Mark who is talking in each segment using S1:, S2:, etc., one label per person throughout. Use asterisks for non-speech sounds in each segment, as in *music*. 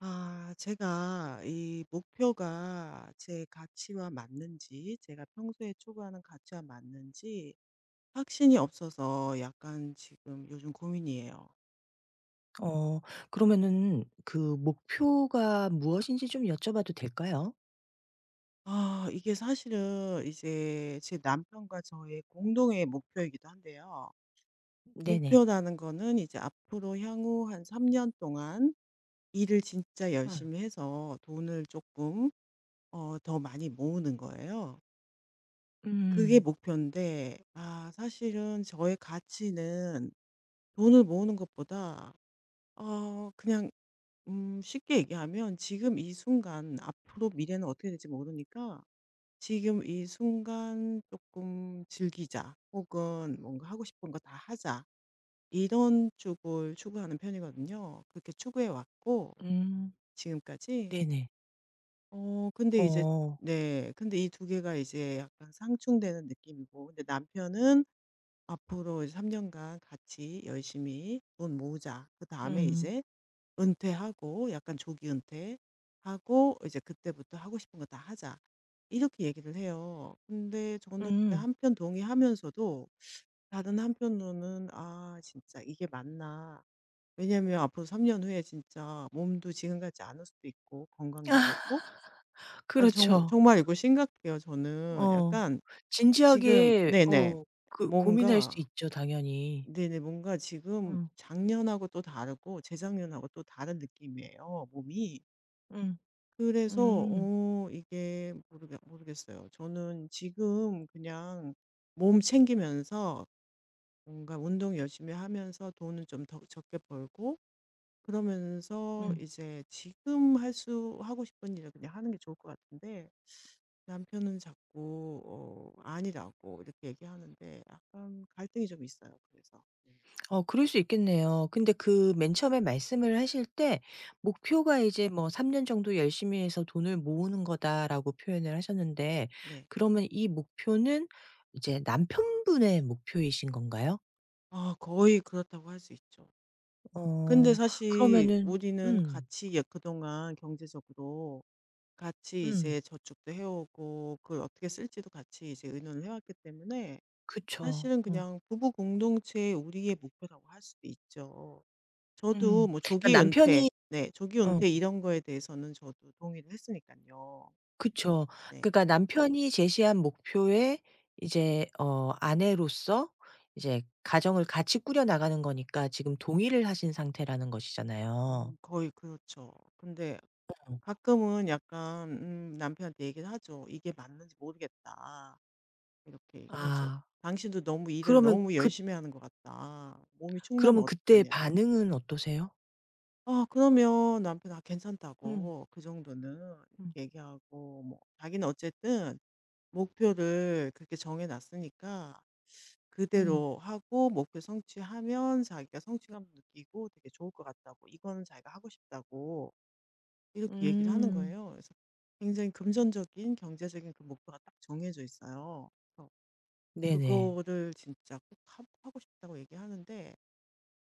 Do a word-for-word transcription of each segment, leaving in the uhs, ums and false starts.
S1: 아, 제가 이 목표가 제 가치와 맞는지, 제가 평소에 추구하는 가치와 맞는지 확신이 없어서 약간 지금 요즘 고민이에요.
S2: 어, 그러면은 그 목표가 무엇인지 좀 여쭤봐도 될까요?
S1: 아, 이게 사실은 이제 제 남편과 저의 공동의 목표이기도 한데요.
S2: 네네.
S1: 목표라는 거는 이제 앞으로 향후 한 삼 년 동안 일을 진짜
S2: 응.
S1: 열심히 해서 돈을 조금 어, 더 많이 모으는 거예요. 그게
S2: 음.
S1: 목표인데, 아 사실은 저의 가치는 돈을 모으는 것보다 어 그냥, 음 쉽게 얘기하면 지금 이 순간 앞으로 미래는 어떻게 될지 모르니까 '지금 이 순간 조금 즐기자.' 혹은 '뭔가 하고 싶은 거 다 하자.' 이런 쪽을 추구하는 편이거든요. 그렇게 추구해 왔고,
S2: 음.
S1: 지금까지.
S2: 네네.
S1: 어 근데 이제,
S2: 어.
S1: 네, 근데 이 두 개가 이제 약간 상충되는 느낌이고, 근데 남편은 앞으로 이제 삼 년간 같이 열심히 돈 모으자. 그다음에
S2: 음.
S1: 이제 은퇴하고, 약간 조기 은퇴하고 이제 그때부터 하고 싶은 거 다 하자." 이렇게 얘기를 해요. 근데 저는 이제
S2: 음.
S1: 한편 동의하면서도 다른 한편으로는 '아 진짜 이게 맞나?' 왜냐면 앞으로 삼 년 후에 진짜 몸도 지금 같지 않을 수도 있고 건강도
S2: *laughs*
S1: 그렇고. 아 정
S2: 그렇죠.
S1: 정말 이거 심각해요, 저는.
S2: 어.
S1: 약간 지금,
S2: 진지하게,
S1: 네네.
S2: 어, 그 고민할 수
S1: 뭔가,
S2: 있죠, 당연히.
S1: 네네. 뭔가 지금
S2: 음.
S1: 작년하고 또 다르고 재작년하고 또 다른 느낌이에요, 몸이.
S2: 음.
S1: 그래서
S2: 음.
S1: 어 이게 모르겠 모르겠어요. 저는 지금 그냥 몸 챙기면서 뭔가 운동 열심히 하면서 돈은 좀 더 적게 벌고, 그러면서
S2: 음.
S1: 이제 지금 할 수 하고 싶은 일을 그냥 하는 게 좋을 것 같은데, 남편은 자꾸 어 아니라고 이렇게 얘기하는데 약간 갈등이 좀 있어요, 그래서.
S2: 어, 그럴 수 있겠네요. 근데 그 맨 처음에 말씀을 하실 때 목표가 이제 뭐 "삼 년 정도 열심히 해서 돈을 모으는 거다."라고 표현을 하셨는데,
S1: 네.
S2: 그러면 이 목표는 이제 남편분의 목표이신 건가요?
S1: 아 거의 그렇다고 할 수 있죠. 근데
S2: 어,
S1: 사실
S2: 그러면은
S1: 우리는
S2: 음.
S1: 같이, 예, 그동안 경제적으로 같이
S2: 음.
S1: 이제 저축도 해 오고 그걸 어떻게 쓸지도 같이 이제 의논을 해 왔기 때문에
S2: 그쵸.
S1: 사실은
S2: 어.
S1: 그냥 부부 공동체의 우리의 목표라고 할 수도 있죠. 저도
S2: 음.
S1: 뭐
S2: 그러니까
S1: 조기 은퇴,
S2: 남편이
S1: 네, 조기
S2: 어.
S1: 은퇴 이런 거에 대해서는 저도 동의를 했으니까요.
S2: 그쵸.
S1: 네.
S2: 그러니까 남편이 제시한 목표에 이제, 어, 아내로서 이제 가정을 같이 꾸려 나가는 거니까 지금 동의를 하신 상태라는 것이잖아요.
S1: 음 거의 그렇죠. 근데 가끔은 약간 음 남편한테 얘기를 하죠. "이게 맞는지 모르겠다." 이렇게 얘기를 하죠.
S2: 아,
S1: "당신도 너무 일을
S2: 그러면
S1: 너무
S2: 그
S1: 열심히 하는 것 같다. 몸이 축나면
S2: 그러면 그때
S1: 어떡하냐."
S2: 반응은 어떠세요?
S1: 아 그러면 남편은 "아
S2: 음.
S1: 괜찮다고. 그 정도는."
S2: 음.
S1: 이렇게 얘기하고, 뭐 자기는 어쨌든 목표를 그렇게 정해 놨으니까
S2: 음.
S1: 그대로 하고, 목표 성취하면 자기가 성취감 느끼고 되게 좋을 것 같다고, 이거는 자기가 하고 싶다고 이렇게 얘기를 하는
S2: 음.
S1: 거예요. 그래서 굉장히 금전적인, 경제적인 그 목표가 딱 정해져 있어요.
S2: 네네.
S1: 그거를 진짜 꼭 하 하고 싶다고 얘기하는데,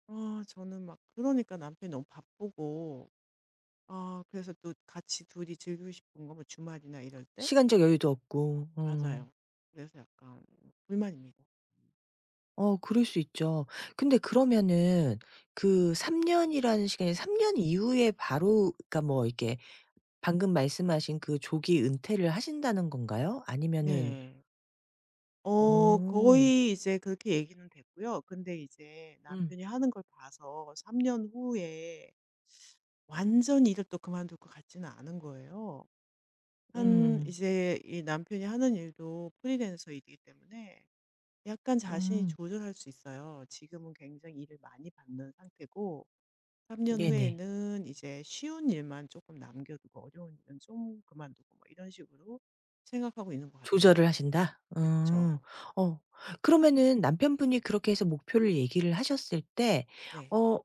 S1: 아 저는 막, 그러니까 남편이 너무 바쁘고, 아 그래서 또 같이 둘이 즐기고 싶은 거 뭐 주말이나 이럴 때.
S2: 시간적 여유도 없고. 어.
S1: 맞아요. 그래서 약간 불만입니다.
S2: 어, 그럴 수 있죠. 근데 그러면은 그 삼 년이라는 시간이 삼 년 이후에 바로, 그러니까 뭐 이렇게 방금 말씀하신 그 조기 은퇴를 하신다는 건가요? 아니면은?
S1: 네. 어
S2: 어.
S1: 거의 이제 그렇게 얘기는 됐고요. 근데 이제
S2: 음.
S1: 남편이 하는 걸 봐서 삼 년 후에 완전히 일을 또 그만둘 것 같지는 않은 거예요. 한
S2: 음음.
S1: 이제 이 남편이 하는 일도 프리랜서 일이기 때문에 약간 자신이
S2: 음.
S1: 조절할 수 있어요. 지금은 굉장히 일을 많이 받는 상태고, 삼 년
S2: 네네.
S1: 후에는 이제 쉬운 일만 조금 남겨 두고 어려운 일은 좀 그만두고 뭐 이런 식으로 생각하고 있는 것
S2: 조절을
S1: 같아요.
S2: 하신다? 어.
S1: 그쵸.
S2: 어. 그러면은 남편분이 그렇게 해서 목표를 얘기를 하셨을 때,
S1: 네.
S2: 어,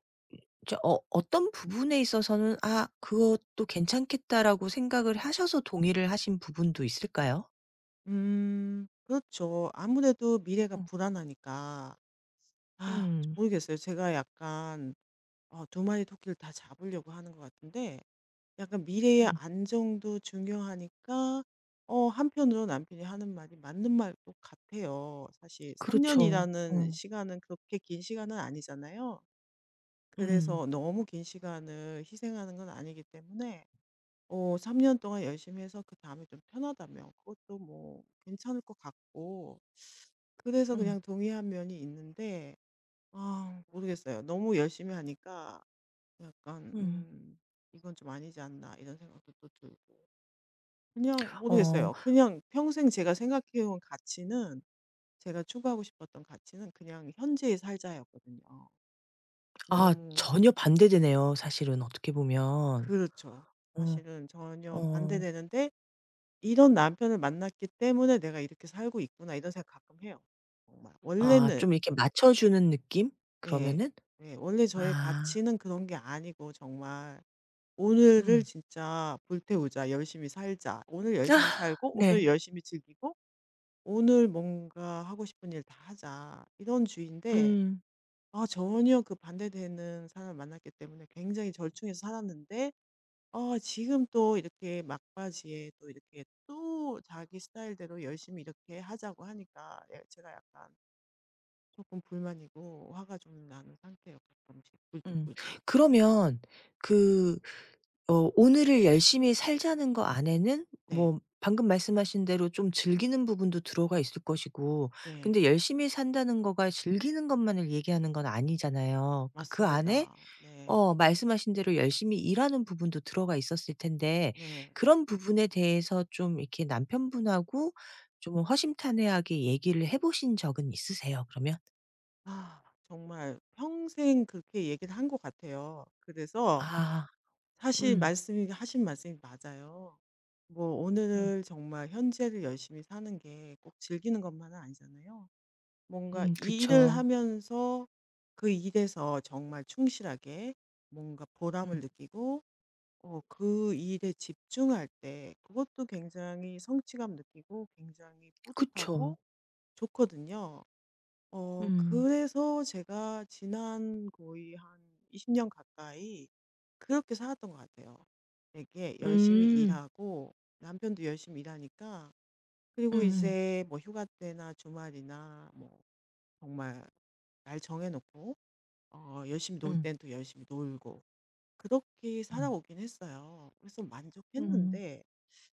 S2: 저 어 어떤 부분에 있어서는 '아, 그것도 괜찮겠다.'라고 생각을 하셔서 동의를 하신 부분도 있을까요?
S1: 음 그렇죠. 아무래도 미래가
S2: 어.
S1: 불안하니까. 아
S2: 음.
S1: 모르겠어요. 제가 약간 어 두 마리 토끼를 다 잡으려고 하는 것 같은데, 약간 미래의
S2: 음.
S1: 안정도 중요하니까 어 한편으로 남편이 하는 말이 맞는 말도 같아요. 사실 삼
S2: 그렇죠.
S1: 년이라는
S2: 어.
S1: 시간은 그렇게 긴 시간은 아니잖아요.
S2: 음.
S1: 그래서 너무 긴 시간을 희생하는 건 아니기 때문에, 어 삼 년 동안 열심히 해서 그다음에 좀 편하다면 그것도 뭐 괜찮을 것 같고, 그래서
S2: 음.
S1: 그냥 동의한 면이 있는데, 아 모르겠어요. 너무 열심히 하니까 약간,
S2: 음.
S1: 음 '이건 좀 아니지 않나.' 이런 생각도 또 들고. 그냥
S2: 어.
S1: 모르겠어요. 그냥 평생 제가 생각해 온 가치는, 제가 추구하고 싶었던 가치는 그냥 현재의 살자였거든요.
S2: 아,
S1: 너무.
S2: 전혀 반대되네요 사실은, 어떻게 보면.
S1: 그렇죠.
S2: 어.
S1: 사실은 전혀
S2: 어.
S1: 반대되는데, 이런 남편을 만났기 때문에 내가 이렇게 살고 있구나 이런 생각 가끔 해요. 정말
S2: 아,
S1: 원래는.
S2: 좀 이렇게 맞춰주는 느낌?
S1: 네.
S2: 그러면은?
S1: 네. 원래 저의
S2: 아.
S1: 가치는 그런 게 아니고 정말 오늘을
S2: 음.
S1: 진짜 불태우자. 열심히 살자. 오늘 열심히
S2: 아.
S1: 살고 오늘
S2: 네.
S1: 열심히 즐기고 오늘 뭔가 하고 싶은 일 다 하자. 이런 주의인데
S2: 음.
S1: 아 전혀 그 반대되는 사람을 만났기 때문에 굉장히 절충해서 살았는데, 아 지금 또 이렇게 막바지에 또 이렇게 또 자기 스타일대로 열심히 이렇게 하자고 하니까, 예, 제가 약간 조금 불만이고 화가 좀 나는 상태예요, 가끔씩.
S2: 음.
S1: 굴뚝굴뚝.
S2: 그러면 그 어, 오늘을 열심히 살자는 거 안에는
S1: 네.
S2: 뭐 방금 말씀하신 대로 좀 즐기는 부분도 들어가 있을 것이고,
S1: 네.
S2: 근데 열심히 산다는 거가 즐기는 것만을 얘기하는 건 아니잖아요. 그 그 안에,
S1: 맞습니다. 네.
S2: 어, 말씀하신 대로 열심히 일하는 부분도 들어가 있었을 텐데,
S1: 네.
S2: 그런 부분에 대해서 좀 이렇게 남편분하고 좀 허심탄회하게 얘기를 해 보신 적은 있으세요, 그러면?
S1: 아 정말 평생 그렇게 얘기를 한 것 같아요. 그래서
S2: 아.
S1: 사실
S2: 음.
S1: 말씀이 하신 말씀이 맞아요. 뭐
S2: 음.
S1: 오늘을 정말, 현재를 열심히 사는 게 꼭 즐기는 것만은 아니잖아요. 뭔가
S2: 음.
S1: 이 일을
S2: 그쵸.
S1: 하면서 그 일에서 정말 충실하게 뭔가 보람을
S2: 음.
S1: 느끼고, 어, 그 일에 집중할 때 그것도 굉장히 성취감 느끼고 굉장히 뿌듯하고
S2: 그쵸.
S1: 좋거든요. 어,
S2: 음.
S1: 그래서 제가 지난 거의 한 이십 년 가까이 그렇게 살았던 것 같아요. 되게 열심히
S2: 음.
S1: 일하고, 남편도 열심히 일하니까. 그리고
S2: 음음.
S1: 이제 뭐 휴가 때나 주말이나 뭐 정말 날 정해놓고, 어, 열심히 놀
S2: 음.
S1: 땐 또 열심히 놀고 그렇게
S2: 음.
S1: 살아오긴 했어요. 그래서
S2: 음.
S1: 만족했는데,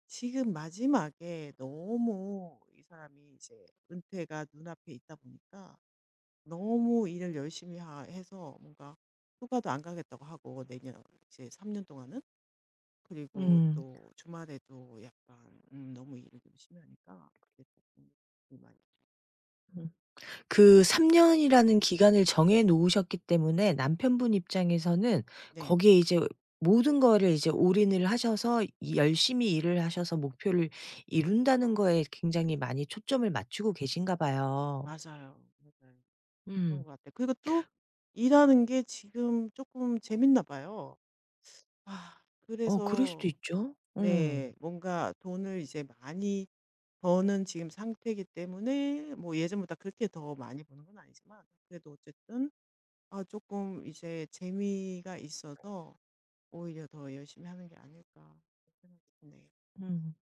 S1: 지금 마지막에 너무 이 사람이 이제 은퇴가 눈앞에 있다 보니까 너무 일을 열심히 하- 해서 뭔가 휴가도 안 가겠다고 하고 내년 이제 삼 년 동안은, 그리고
S2: 음.
S1: 또 주말에도 약간 음 너무 일을 좀 심하니까 그게 쪼끔 많이.
S2: 음. 그 삼 년이라는 기간을 정해 놓으셨기 때문에 남편분 입장에서는
S1: 네.
S2: 거기에 이제 모든 거를 이제 올인을 하셔서, 이 열심히 일을 하셔서 목표를 이룬다는 거에 굉장히 많이 초점을 맞추고 계신가 봐요.
S1: 맞아요. 맞아요. 그런 것
S2: 음.
S1: 같아요. 그리고 또 일하는 게 지금 조금 재밌나 봐요. 아
S2: 어, 그럴 수도
S1: 그래서.
S2: 있죠. 음.
S1: 네. 뭔가 돈을 이제 많이 버는 지금 상태이기 때문에 뭐 예전보다 그렇게 더 많이 버는 건 아니지만 그래도 어쨌든 아금 이제 재미가 있어서 오히려 더 열심히 하는 게 아닐까 생각이 드네요.
S2: 음.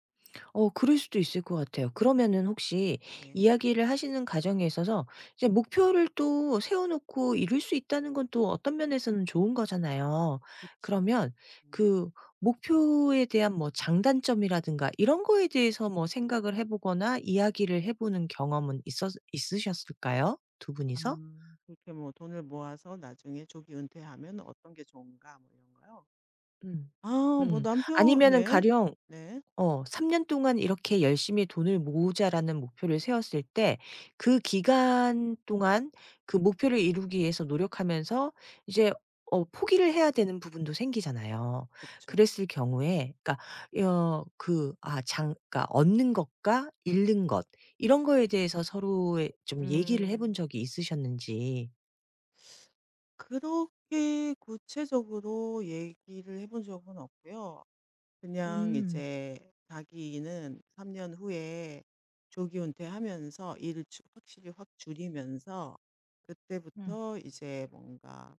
S2: 어, 그럴 수도 있을 것 같아요. 그러면은 혹시
S1: 네.
S2: 이야기를 하시는 과정에 있어서 이제 목표를 또 세워 놓고 이룰 수 있다는 건 또 어떤 면에서는 좋은 거잖아요.
S1: 그쵸.
S2: 그러면
S1: 음.
S2: 그 목표에 대한 뭐 장단점이라든가 이런 거에 대해서 뭐 생각을 해 보거나 이야기를 해 보는 경험은 있었 있으셨을까요? 두
S1: 아
S2: 분이서?
S1: 그렇게 뭐 돈을 모아서 나중에 조기 은퇴하면 어떤 게 좋은가 뭐 이런 거요?
S2: 음.
S1: 아 뭐
S2: 음.
S1: 남편.
S2: 아니면은
S1: 네.
S2: 가령,
S1: 네.
S2: 어, 삼 년 동안 이렇게 열심히 돈을 모으자라는 목표를 세웠을 때 그 기간 동안 그 목표를 이루기 위해서 노력하면서 이제, 어, 포기를 해야 되는 부분도 생기잖아요.
S1: 그쵸.
S2: 그랬을 경우에, 그러니까, 어, 그 아 장 그니까 얻는 것과 잃는 것 이런 거에 대해서 서로 좀 얘기를 해본
S1: 음.
S2: 적이 있으셨는지.
S1: 그렇게 구체적으로 얘기를 해본 적은 없고요. 그냥
S2: 음.
S1: 이제 자기는 삼 년 후에 조기 은퇴하면서 일을 주- 확실히 확 줄이면서
S2: 음.
S1: 그때부터 이제 뭔가,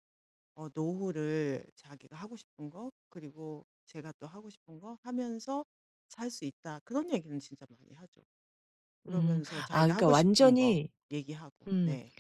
S1: 어 노후를 자기가 하고 싶은 거, 그리고 제가 또 하고 싶은 거 하면서 살 수 있다. 그런 얘기는 진짜 많이 하죠.
S2: 음.
S1: 그러면서
S2: 아,
S1: 자기가
S2: 그러니까
S1: 하고 싶은 거
S2: 완전히
S1: 얘기하고.
S2: 음.
S1: 네.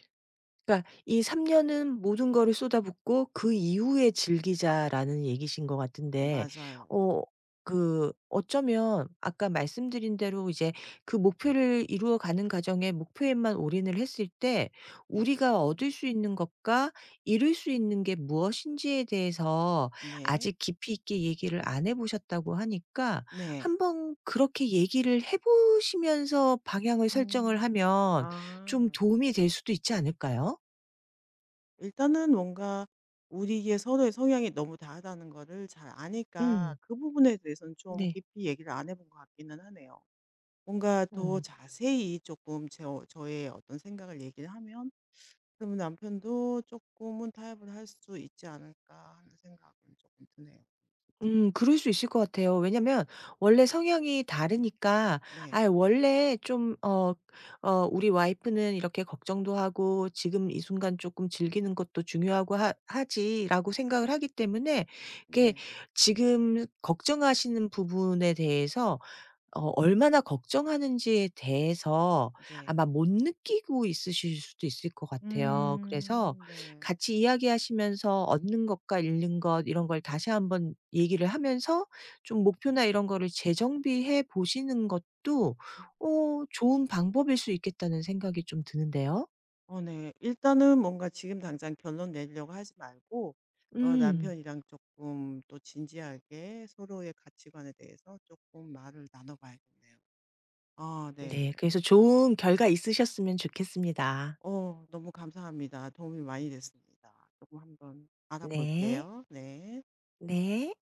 S2: 그러니까 이 삼 년은 모든 거를 쏟아붓고 '그 이후에 즐기자.'라는 얘기신 것 같은데,
S1: 맞아요.
S2: 어, 그 어쩌면 아까 말씀드린 대로 이제 그 목표를 이루어 가는 과정에 목표에만 올인을 했을 때
S1: 네.
S2: 우리가 얻을 수 있는 것과 이룰 수 있는 게 무엇인지에 대해서
S1: 네.
S2: 아직 깊이 있게 얘기를 안 해 보셨다고 하니까
S1: 네.
S2: 한번 그렇게 얘기를 해 보시면서 방향을 설정을
S1: 음.
S2: 하면 좀
S1: 아.
S2: 도움이 될 수도 있지 않을까요?
S1: 일단은 뭔가 우리의, 서로의 성향이 너무 다르다는 거를 잘 아니까
S2: 음.
S1: 그 부분에 대해서는 좀
S2: 네.
S1: 깊이 얘기를 안 해본 것 같기는 하네요. 뭔가 더
S2: 음.
S1: 자세히 조금 제, 저의 어떤 생각을 얘기를 하면 그러면 남편도 조금은 타협을 할 수 있지 않을까 하는 생각은 조금 드네요. 진짜.
S2: 음, 그럴 수 있을 것 같아요. 왜냐면 원래 성향이 다르니까.
S1: 네.
S2: 아, 원래 좀 어, 어, 우리 와이프는 이렇게 걱정도 하고 지금 이 순간 쪼끔 즐기는 것도 중요하고 하 하지라고 생각을 하기 때문에, 이게
S1: 네.
S2: 지금 걱정하시는 부분에 대해서 어 얼마나 걱정하는지에 대해서
S1: 네.
S2: 아마 못 느끼고 있으실 수도 있을 것 같아요. 그래서
S1: 음. 네.
S2: 같이 이야기하시면서 얻는 것과 잃는 것 이런 걸 다시 한번 얘기를 하면서 좀 목표나 이런 거를 재정비해 보시는 것도,
S1: 음.
S2: 어, 좋은 방법일 수 있겠다는 생각이 좀 드는데요.
S1: 어 네. 일단은 뭔가 지금 당장 결론 내려고 하지 말고 어
S2: 음.
S1: 남편이랑 조금 또 진지하게 서로의 가치관에 대해서 조금 말을 나눠 봐야겠네요. 아
S2: 네.
S1: 네.
S2: 그래서 좋은 결과 있으셨으면 좋겠습니다.
S1: 어 너무 감사합니다. 도움이 많이 됐습니다. 조금 한번
S2: 네.
S1: 알아볼게요. 네.
S2: 네.